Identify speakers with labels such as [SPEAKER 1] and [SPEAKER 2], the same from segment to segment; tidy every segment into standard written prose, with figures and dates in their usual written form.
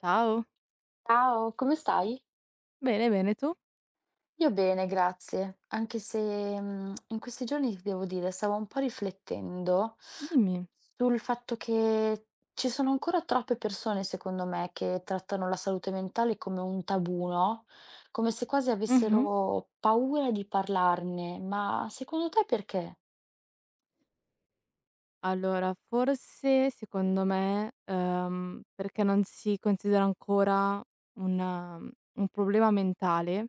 [SPEAKER 1] Ciao.
[SPEAKER 2] Ciao, come stai?
[SPEAKER 1] Bene, bene, tu?
[SPEAKER 2] Io bene, grazie. Anche se in questi giorni ti devo dire, stavo un po' riflettendo
[SPEAKER 1] Dimmi.
[SPEAKER 2] sul fatto che ci sono ancora troppe persone, secondo me, che trattano la salute mentale come un tabù, no? Come se quasi
[SPEAKER 1] Mh-mh.
[SPEAKER 2] avessero paura di parlarne. Ma secondo te perché?
[SPEAKER 1] Allora, forse secondo me, perché non si considera ancora un problema mentale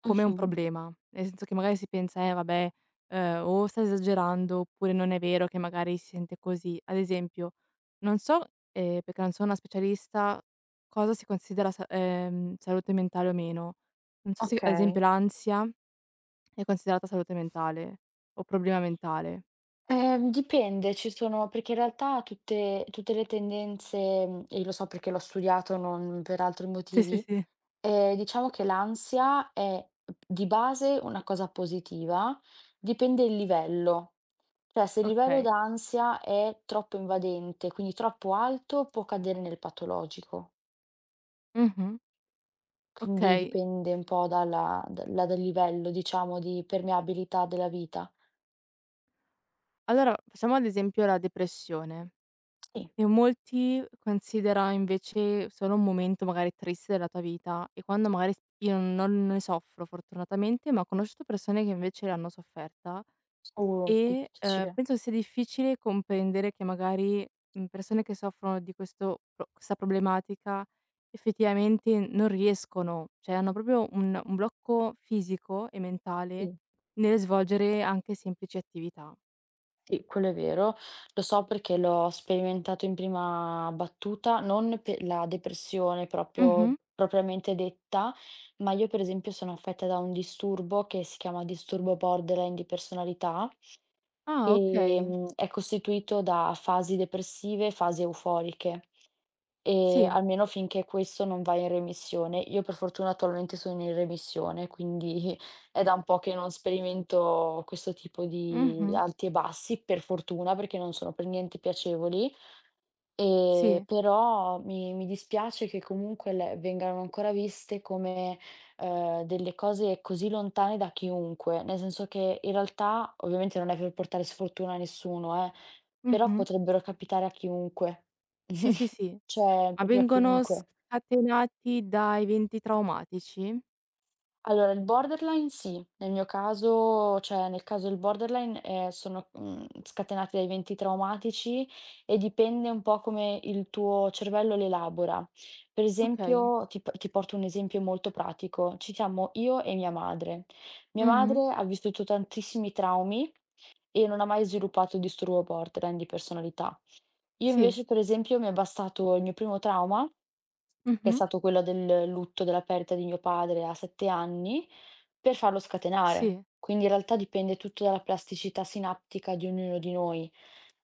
[SPEAKER 1] come un
[SPEAKER 2] Mhm.
[SPEAKER 1] problema. Nel senso che magari si pensa: "Eh vabbè, o sta esagerando oppure non è vero che magari si sente così." Ad esempio, non so, perché non sono una specialista, cosa si considera sa salute mentale o meno. Non so se
[SPEAKER 2] Ok.
[SPEAKER 1] ad esempio l'ansia è considerata salute mentale o problema mentale.
[SPEAKER 2] Dipende, ci sono, perché in realtà tutte le tendenze, e lo so perché l'ho studiato, non per altri
[SPEAKER 1] Sì, sì,
[SPEAKER 2] motivi.
[SPEAKER 1] sì.
[SPEAKER 2] Diciamo che l'ansia è di base una cosa positiva, dipende il livello. Cioè, se il livello
[SPEAKER 1] Okay.
[SPEAKER 2] d'ansia è troppo invadente, quindi troppo alto, può cadere nel patologico.
[SPEAKER 1] Mh-mh.
[SPEAKER 2] Quindi
[SPEAKER 1] Okay.
[SPEAKER 2] dipende un po' dal livello, diciamo, di permeabilità della vita.
[SPEAKER 1] Allora facciamo ad esempio la depressione,
[SPEAKER 2] Sì,
[SPEAKER 1] che molti considera invece solo un momento magari triste della tua vita e quando magari s io non ne soffro fortunatamente, ma ho conosciuto persone che invece l'hanno sofferta.
[SPEAKER 2] sicuro,
[SPEAKER 1] E,
[SPEAKER 2] difficile,
[SPEAKER 1] penso sia difficile comprendere che magari, persone che soffrono di questo pro questa problematica effettivamente non riescono, cioè hanno proprio un blocco fisico e mentale
[SPEAKER 2] sì.
[SPEAKER 1] nel svolgere anche semplici attività.
[SPEAKER 2] Sì, quello è vero. Lo so perché l'ho sperimentato in prima battuta, non pe la depressione proprio
[SPEAKER 1] Mh-mh.
[SPEAKER 2] propriamente detta, ma io per esempio sono affetta da un disturbo che si chiama disturbo borderline di personalità,
[SPEAKER 1] Ah,
[SPEAKER 2] che,
[SPEAKER 1] okay.
[SPEAKER 2] è costituito da fasi depressive e fasi euforiche.
[SPEAKER 1] Sì.
[SPEAKER 2] Almeno finché questo non va in remissione. Io per fortuna attualmente sono in remissione, quindi è da un po' che non sperimento questo tipo di
[SPEAKER 1] Mh-mh.
[SPEAKER 2] alti e bassi, per fortuna, perché non sono per niente piacevoli.
[SPEAKER 1] Sì.
[SPEAKER 2] Però mi dispiace che comunque le vengano ancora viste come, delle cose così lontane da chiunque, nel senso che in realtà, ovviamente non è per portare sfortuna a nessuno, però
[SPEAKER 1] Mh-mh.
[SPEAKER 2] potrebbero capitare a chiunque.
[SPEAKER 1] Sì, sì, sì.
[SPEAKER 2] Cioè
[SPEAKER 1] Ma
[SPEAKER 2] proprio a
[SPEAKER 1] vengono
[SPEAKER 2] chiunque.
[SPEAKER 1] scatenati da eventi traumatici?
[SPEAKER 2] Allora, il borderline sì, nel mio caso, cioè nel caso del borderline, sono, scatenati da eventi traumatici e dipende un po' come il tuo cervello li elabora. Per
[SPEAKER 1] Okay.
[SPEAKER 2] esempio, ti porto un esempio molto pratico: ci siamo io e mia madre. Mia
[SPEAKER 1] Mh-mh.
[SPEAKER 2] madre ha vissuto tantissimi traumi e non ha mai sviluppato il disturbo borderline di personalità. Io
[SPEAKER 1] Sì.
[SPEAKER 2] invece, per esempio, mi è bastato il mio primo trauma, che è
[SPEAKER 1] Mh-mh.
[SPEAKER 2] stato quello del lutto della perdita di mio padre a 7 anni, per farlo scatenare.
[SPEAKER 1] Sì.
[SPEAKER 2] Quindi in realtà dipende tutto dalla plasticità sinaptica di ognuno di noi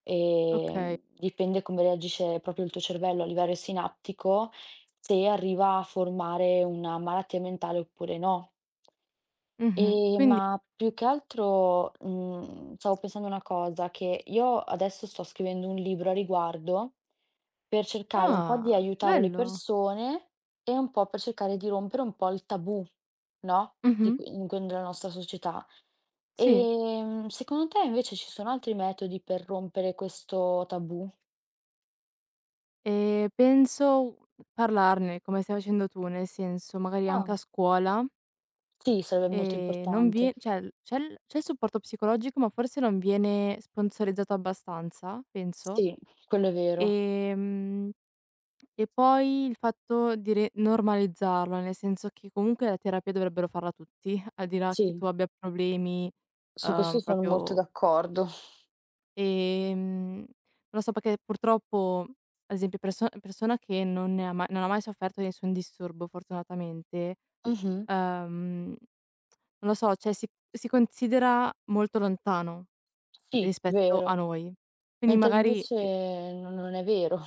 [SPEAKER 2] e
[SPEAKER 1] Okay.
[SPEAKER 2] dipende come reagisce proprio il tuo cervello a livello sinaptico, se arriva a formare una malattia mentale oppure no.
[SPEAKER 1] Mh-mh. Quindi
[SPEAKER 2] Ma più che altro, stavo pensando una cosa, che io adesso sto scrivendo un libro a riguardo per cercare un po' di
[SPEAKER 1] ah,
[SPEAKER 2] aiutare le
[SPEAKER 1] bello.
[SPEAKER 2] persone e un po' per cercare di rompere un po' il tabù, no, di
[SPEAKER 1] Mh-mh.
[SPEAKER 2] que in que della nostra società.
[SPEAKER 1] Sì.
[SPEAKER 2] Secondo te invece ci sono altri metodi per rompere questo tabù?
[SPEAKER 1] E penso parlarne come stai facendo tu, nel senso magari anche a
[SPEAKER 2] Ah.
[SPEAKER 1] scuola,
[SPEAKER 2] Sì, sarebbe molto
[SPEAKER 1] non
[SPEAKER 2] importante.
[SPEAKER 1] vie cioè l c'è il supporto psicologico, ma forse non viene sponsorizzato abbastanza, penso.
[SPEAKER 2] Sì, quello è vero.
[SPEAKER 1] Ehm, e poi il fatto di re normalizzarlo, nel senso che comunque la terapia dovrebbero farla tutti, al di là che
[SPEAKER 2] Sì,
[SPEAKER 1] tu abbia problemi,
[SPEAKER 2] su questo sono molto
[SPEAKER 1] proprio.
[SPEAKER 2] d'accordo.
[SPEAKER 1] Non lo so perché purtroppo, ad esempio persona che non ha mai sofferto di nessun disturbo fortunatamente,
[SPEAKER 2] Mh-mh.
[SPEAKER 1] uhm, non lo so, cioè si considera molto lontano
[SPEAKER 2] Sì,
[SPEAKER 1] rispetto a
[SPEAKER 2] vero.
[SPEAKER 1] noi. Quindi
[SPEAKER 2] Mentre
[SPEAKER 1] magari
[SPEAKER 2] invece
[SPEAKER 1] i
[SPEAKER 2] no, non è vero.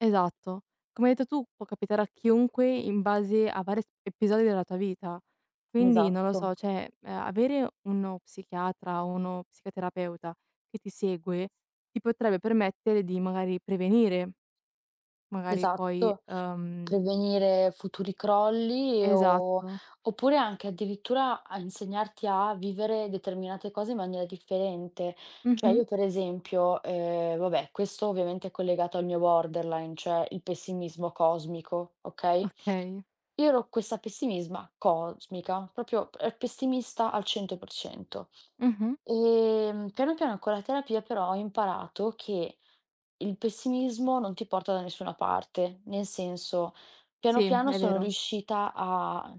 [SPEAKER 1] esatto. Come hai detto tu, può capitare a chiunque in base a vari episodi della tua vita. Quindi non lo
[SPEAKER 2] Esatto,
[SPEAKER 1] so, cioè, avere uno psichiatra o uno psicoterapeuta che ti segue, ti potrebbe permettere di magari prevenire. Magari poi
[SPEAKER 2] esatto. Prevenire futuri crolli e o
[SPEAKER 1] esatto.
[SPEAKER 2] oppure anche addirittura a insegnarti a vivere determinate cose in maniera differente. Cioè
[SPEAKER 1] Mh-mh.
[SPEAKER 2] io per esempio, vabbè questo ovviamente è collegato al mio borderline, cioè il pessimismo cosmico, okay?
[SPEAKER 1] Okay.
[SPEAKER 2] Io ero questa pessimisma cosmica, proprio, pessimista al 100%.
[SPEAKER 1] Mh-mh.
[SPEAKER 2] Piano piano con la terapia però ho imparato che il pessimismo non ti porta da nessuna parte, nel senso, piano
[SPEAKER 1] Sì,
[SPEAKER 2] piano
[SPEAKER 1] è
[SPEAKER 2] sono
[SPEAKER 1] vero.
[SPEAKER 2] riuscita a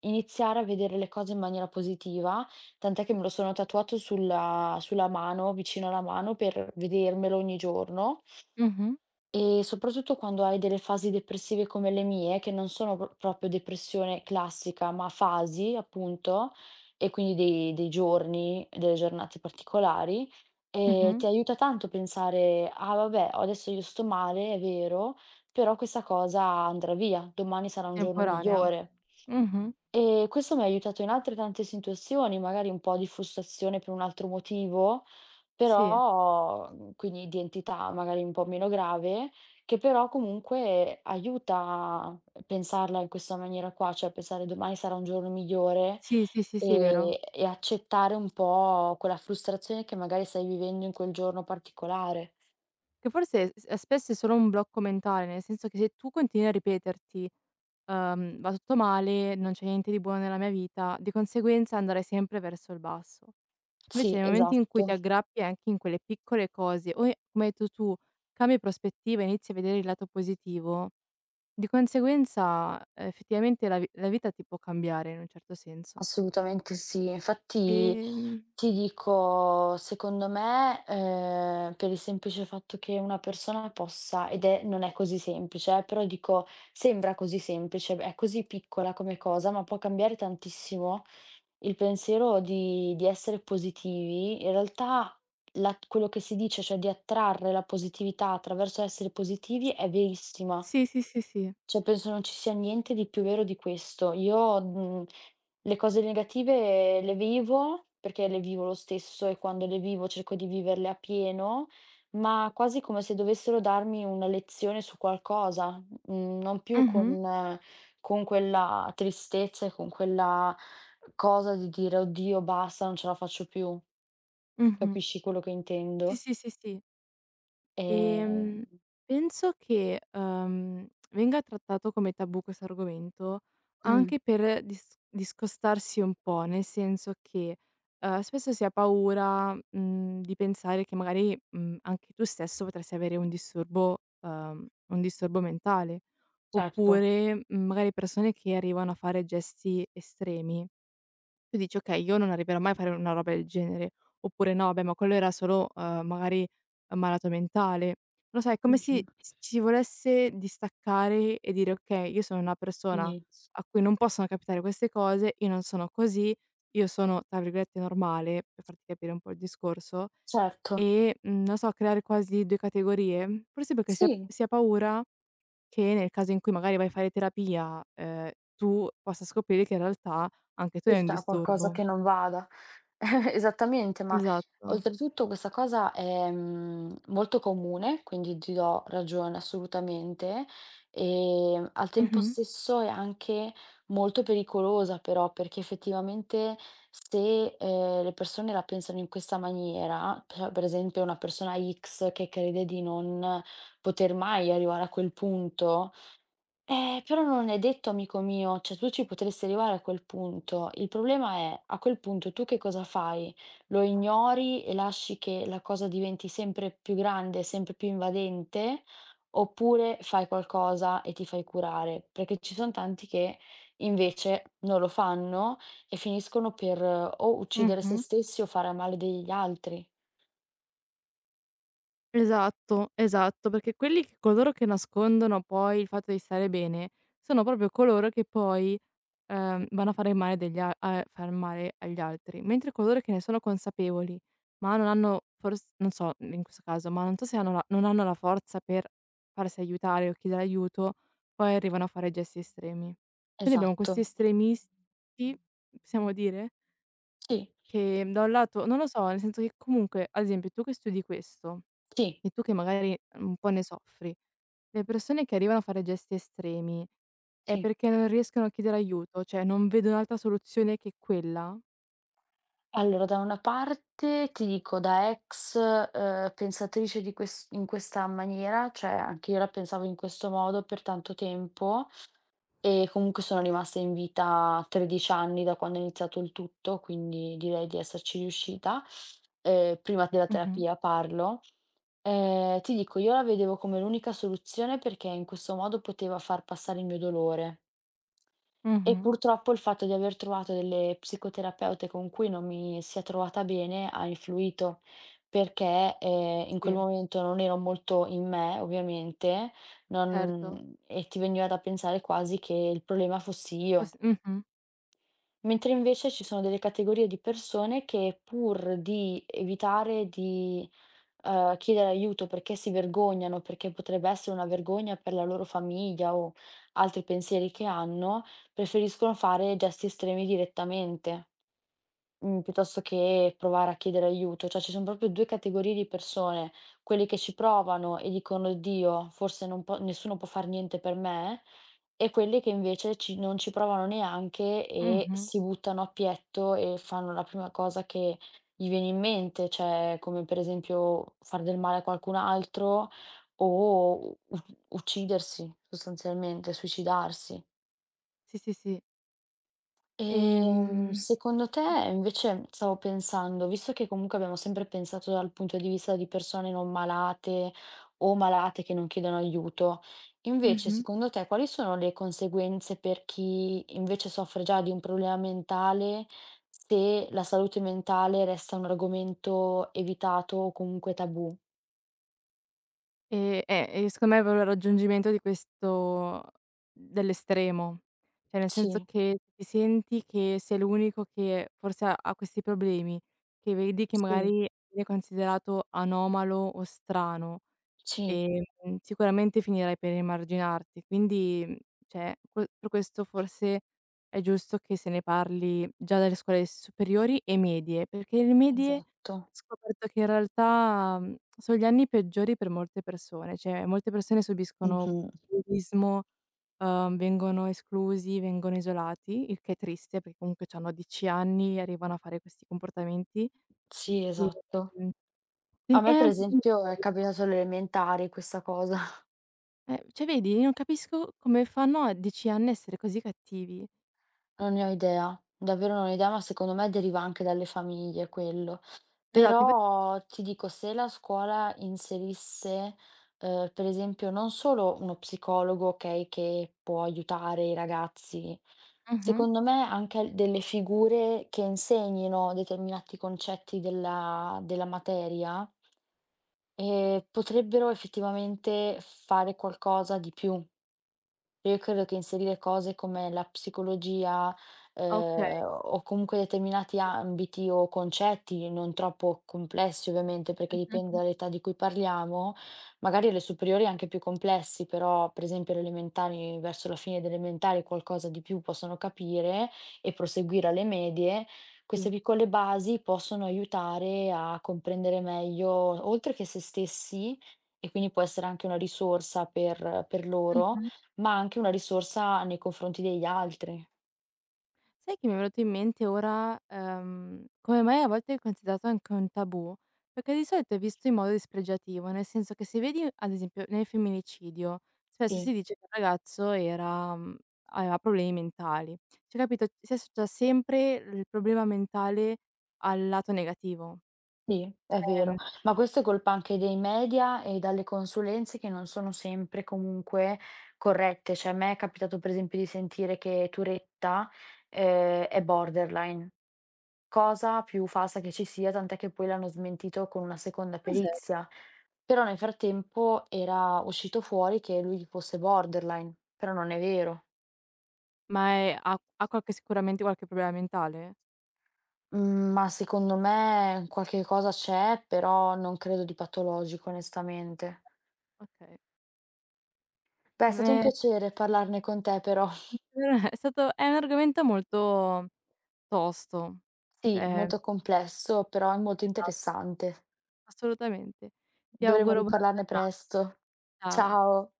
[SPEAKER 2] iniziare a vedere le cose in maniera positiva, tant'è che me lo sono tatuato sulla mano, vicino alla mano per vedermelo ogni giorno.
[SPEAKER 1] Mh-mh.
[SPEAKER 2] E soprattutto quando hai delle fasi depressive come le mie, che non sono proprio depressione classica, ma fasi appunto, e quindi dei giorni, delle giornate particolari, ti
[SPEAKER 1] Mh-mh.
[SPEAKER 2] aiuta tanto pensare: "Ah vabbè, o adesso io sto male, è vero, però questa cosa andrà via, domani sarà un giorno
[SPEAKER 1] Temporanea.
[SPEAKER 2] migliore."
[SPEAKER 1] Mh-mh.
[SPEAKER 2] E questo mi ha aiutato in altre tante situazioni, magari un po' di frustrazione per un altro motivo,
[SPEAKER 1] Sì.
[SPEAKER 2] però quindi identità magari un po' meno grave, che però comunque aiuta a pensarla in questa maniera qua, cioè pensare domani sarà un giorno migliore
[SPEAKER 1] Sì, sì, sì, sì, è vero.
[SPEAKER 2] e accettare un po' quella frustrazione che magari stai vivendo in quel giorno particolare.
[SPEAKER 1] Che forse s spesso è solo un blocco mentale, nel senso che se tu continui a ripeterti, "Va tutto male, non c'è niente di buono nella mia vita", di conseguenza andrai sempre verso il basso. Invece
[SPEAKER 2] Sì,
[SPEAKER 1] nel momento in cui ti
[SPEAKER 2] esatto,
[SPEAKER 1] aggrappi anche in quelle piccole cose o e come hai detto tu, cambi prospettiva, inizi a vedere il lato positivo. Di conseguenza, effettivamente la vita ti può cambiare in un certo senso.
[SPEAKER 2] assolutamente sì. Infatti,
[SPEAKER 1] Ehm,
[SPEAKER 2] ti dico, secondo me, per il semplice fatto che una persona possa ed è non è così semplice però dico, sembra così semplice, è così piccola come cosa, ma può cambiare tantissimo il pensiero di essere positivi. In realtà la quello che si dice, cioè di attrarre la positività attraverso essere positivi è verissima.
[SPEAKER 1] sì, sì, sì, sì.
[SPEAKER 2] Cioè, penso non ci sia niente di più vero di questo. Io, le cose negative le vivo, perché le vivo lo stesso e quando le vivo cerco di viverle a pieno, ma quasi come se dovessero darmi una lezione su qualcosa, non più
[SPEAKER 1] Mh-mh,
[SPEAKER 2] con quella tristezza e con quella cosa di dire: "Oddio basta, non ce la faccio più."
[SPEAKER 1] mh-mh.
[SPEAKER 2] Capisci quello che
[SPEAKER 1] Sì,
[SPEAKER 2] intendo?
[SPEAKER 1] sì, sì, sì.
[SPEAKER 2] Ehm
[SPEAKER 1] Ehm, penso che, venga trattato come tabù questo argomento
[SPEAKER 2] Mh.
[SPEAKER 1] anche per discostarsi un po', nel senso che, spesso si ha paura, mhmm, di pensare che magari, mhmm, anche tu stesso potresti avere un disturbo mentale,
[SPEAKER 2] Certo.
[SPEAKER 1] oppure, mhmm, magari persone che arrivano a fare gesti estremi. Tu dici: "Okay, io non arriverò mai a fare una roba del genere." Oppure: "No, vabbè, ma quello era solo, magari, malato mentale." Non lo so, è come se
[SPEAKER 2] Mh-mh.
[SPEAKER 1] s ci si volesse distaccare e dire: "Okay, io sono una persona
[SPEAKER 2] Quindi
[SPEAKER 1] a cui non possono capitare queste cose, io non sono così, io sono tra virgolette "normale" per farti capire un po' il discorso."
[SPEAKER 2] certo.
[SPEAKER 1] E, mhmm, non lo so, creare quasi 2 categorie? Forse perché
[SPEAKER 2] Sì.
[SPEAKER 1] si ha paura che nel caso in cui magari vai a fare terapia, tu possa scoprire che in realtà anche tu hai un
[SPEAKER 2] C'è qualcosa
[SPEAKER 1] disturbo.
[SPEAKER 2] che non vada. Esattamente, ma
[SPEAKER 1] Esatto.
[SPEAKER 2] oltretutto questa cosa è, molto comune, quindi ti do ragione assolutamente, al tempo
[SPEAKER 1] Mh-mh.
[SPEAKER 2] stesso è anche molto pericolosa però, perché effettivamente se, le persone la pensano in questa maniera, cioè per esempio una persona X che crede di non poter mai arrivare a quel punto però non è detto, amico mio, cioè tu ci potresti arrivare a quel punto. Il problema è, a quel punto tu che cosa fai? Lo ignori e lasci che la cosa diventi sempre più grande, sempre più invadente, oppure fai qualcosa e ti fai curare? Perché ci sono tanti che invece non lo fanno e finiscono per o uccidere se
[SPEAKER 1] Mh-mh.
[SPEAKER 2] stessi o fare a male degli altri.
[SPEAKER 1] Esatto, esatto, perché quelli che coloro che nascondono poi il fatto di stare bene, sono proprio coloro che poi, vanno a fare male degli a a far male agli altri, mentre coloro che ne sono consapevoli, ma non hanno fors non so in questo caso, ma non so se hanno la non hanno la forza per farsi aiutare o chiedere aiuto, poi arrivano a fare gesti estremi. Quindi abbiamo
[SPEAKER 2] Esatto.
[SPEAKER 1] questi estremisti, possiamo dire?
[SPEAKER 2] Sì,
[SPEAKER 1] Che da un lato non lo so, nel senso che comunque, ad esempio, tu che studi questo
[SPEAKER 2] sì,
[SPEAKER 1] e tu che magari un po' ne soffri, le persone che arrivano a fare gesti estremi è
[SPEAKER 2] sì.
[SPEAKER 1] perché non riescono a chiedere aiuto, cioè non vedono altra soluzione che quella.
[SPEAKER 2] Allora, da una parte ti dico da ex, pensatrice di questa maniera, cioè anche io la pensavo in questo modo per tanto tempo e comunque sono rimasta in vita a 13 anni da quando è iniziato il tutto, quindi direi di esserci riuscita, prima della
[SPEAKER 1] Mh-mh,
[SPEAKER 2] terapia parlo. Ti dico, io la vedevo come l'unica soluzione perché in questo modo potevo far passare il mio dolore. E
[SPEAKER 1] mh-mh,
[SPEAKER 2] purtroppo il fatto di aver trovato delle psicoterapeute con cui non mi sia trovata bene ha influito, perché, in quel
[SPEAKER 1] sì,
[SPEAKER 2] momento non ero molto in me ovviamente,
[SPEAKER 1] certo.
[SPEAKER 2] non e ti veniva da pensare quasi che il problema fossi io.
[SPEAKER 1] Pos mh-mh,
[SPEAKER 2] Mentre invece ci sono delle categorie di persone che pur di evitare di, chiedere aiuto perché si vergognano, perché potrebbe essere una vergogna per la loro famiglia o altri pensieri che hanno, preferiscono fare gesti estremi direttamente. Mhmm, Piuttosto che provare a chiedere aiuto, cioè ci son proprio 2 categorie di persone, quelli che ci provano e dicono: "Oddio, forse non po nessuno può far niente per me", e quelli che invece ci non ci provano neanche e
[SPEAKER 1] mh-mh.
[SPEAKER 2] si buttano a pietto e fanno la prima cosa che gli viene in mente, cioè come per esempio far del male a qualcun altro o u uccidersi sostanzialmente, suicidarsi.
[SPEAKER 1] Sì, sì, sì. Ehm
[SPEAKER 2] Secondo te invece stavo pensando, visto che comunque abbiamo sempre pensato dal punto di vista di persone non malate o malate che non chiedono aiuto, invece
[SPEAKER 1] mh-mh.
[SPEAKER 2] secondo te quali sono le conseguenze per chi invece soffre già di un problema mentale se la salute mentale resta un argomento evitato o comunque tabù?
[SPEAKER 1] E secondo me è proprio il raggiungimento di questo, dell'estremo. Cioè nel senso
[SPEAKER 2] Sì,
[SPEAKER 1] che ti senti che sei l'unico che forse ha questi problemi, che vedi che
[SPEAKER 2] sì,
[SPEAKER 1] magari viene considerato anomalo o strano.
[SPEAKER 2] sì,
[SPEAKER 1] E, mhmm, sicuramente finirai per emarginarti. Quindi, mhmm, cioè, que per questo forse è giusto che se ne parli già dalle scuole superiori e medie, perché le medie ho
[SPEAKER 2] esatto.
[SPEAKER 1] scoperto che in realtà, mhmm, sono gli anni peggiori per molte persone, cioè molte persone subiscono
[SPEAKER 2] Mhm,
[SPEAKER 1] bullismo, vengono esclusi, vengono isolati, il che è triste perché comunque c'hanno 10 anni e arrivano a fare questi comportamenti.
[SPEAKER 2] sì,
[SPEAKER 1] E,
[SPEAKER 2] esatto.
[SPEAKER 1] mhmm, quin
[SPEAKER 2] A
[SPEAKER 1] e
[SPEAKER 2] me per
[SPEAKER 1] anche i
[SPEAKER 2] esempio è
[SPEAKER 1] genitori.
[SPEAKER 2] capitato alle elementari questa cosa,
[SPEAKER 1] Cioè vedi, io non capisco come fanno a 10 anni a essere così cattivi.
[SPEAKER 2] non ne ho idea, davvero non ho idea, ma secondo me deriva anche dalle famiglie quello.
[SPEAKER 1] Esatto, infa
[SPEAKER 2] Però ti dico, se la scuola inserisse, per esempio non solo uno psicologo, okay, che può aiutare i ragazzi,
[SPEAKER 1] mh-mh.
[SPEAKER 2] secondo me anche al delle figure che insegnino determinati concetti della materia, potrebbero effettivamente fare qualcosa di più. Io credo che inserire cose come la psicologia,
[SPEAKER 1] Okay,
[SPEAKER 2] o comunque determinati ambiti o concetti, non troppo complessi ovviamente, perché dipende
[SPEAKER 1] mh-mh.
[SPEAKER 2] dall'età di cui parliamo, magari alle superiori anche più complessi, però per esempio alle elementari, verso la fine delle elementari qualcosa di più possono capire e proseguire alle medie, queste
[SPEAKER 1] Sì.
[SPEAKER 2] piccole basi possono aiutare a comprendere meglio oltre che se stessi, e quindi può essere anche una risorsa per loro,
[SPEAKER 1] Mh-mh.
[SPEAKER 2] ma anche una risorsa nei confronti degli altri.
[SPEAKER 1] Sai che mi è venuto in mente ora, come mai a volte è considerato anche un tabù? Perché di solito è visto in modo dispregiativo, nel senso che se vedi ad esempio nel femminicidio, spesso
[SPEAKER 2] Sì,
[SPEAKER 1] si dice che il ragazzo era mhmm, aveva problemi mentali. Cioè capito, si associa sempre il problema mentale al lato negativo.
[SPEAKER 2] sì, è vero.
[SPEAKER 1] Cioè,
[SPEAKER 2] Ma questo è colpa anche dei media e dalle consulenze che non sono sempre comunque corrette. Cioè a me è capitato per esempio di sentire che Turetta, è borderline, cosa più falsa che ci sia, tant'è che poi l'hanno smentito con una
[SPEAKER 1] che
[SPEAKER 2] seconda
[SPEAKER 1] cos'è?
[SPEAKER 2] perizia. Però nel frattempo era uscito fuori che lui fosse borderline, però non è vero.
[SPEAKER 1] Ma è ha qualche sicuramente qualche problema mentale?
[SPEAKER 2] Mhmm, ma secondo me qualche cosa c'è, però non credo di patologico onestamente.
[SPEAKER 1] Okay.
[SPEAKER 2] Beh, è stato un
[SPEAKER 1] Ehm,
[SPEAKER 2] piacere parlarne con te però.
[SPEAKER 1] è un argomento molto tosto.
[SPEAKER 2] Sì,
[SPEAKER 1] Cioè
[SPEAKER 2] molto complesso, però è molto
[SPEAKER 1] esatto,
[SPEAKER 2] interessante.
[SPEAKER 1] assolutamente. Ti
[SPEAKER 2] Dovremmo
[SPEAKER 1] auguro buona
[SPEAKER 2] riparlarne
[SPEAKER 1] giornata.
[SPEAKER 2] presto.
[SPEAKER 1] Ciao.
[SPEAKER 2] Ciao.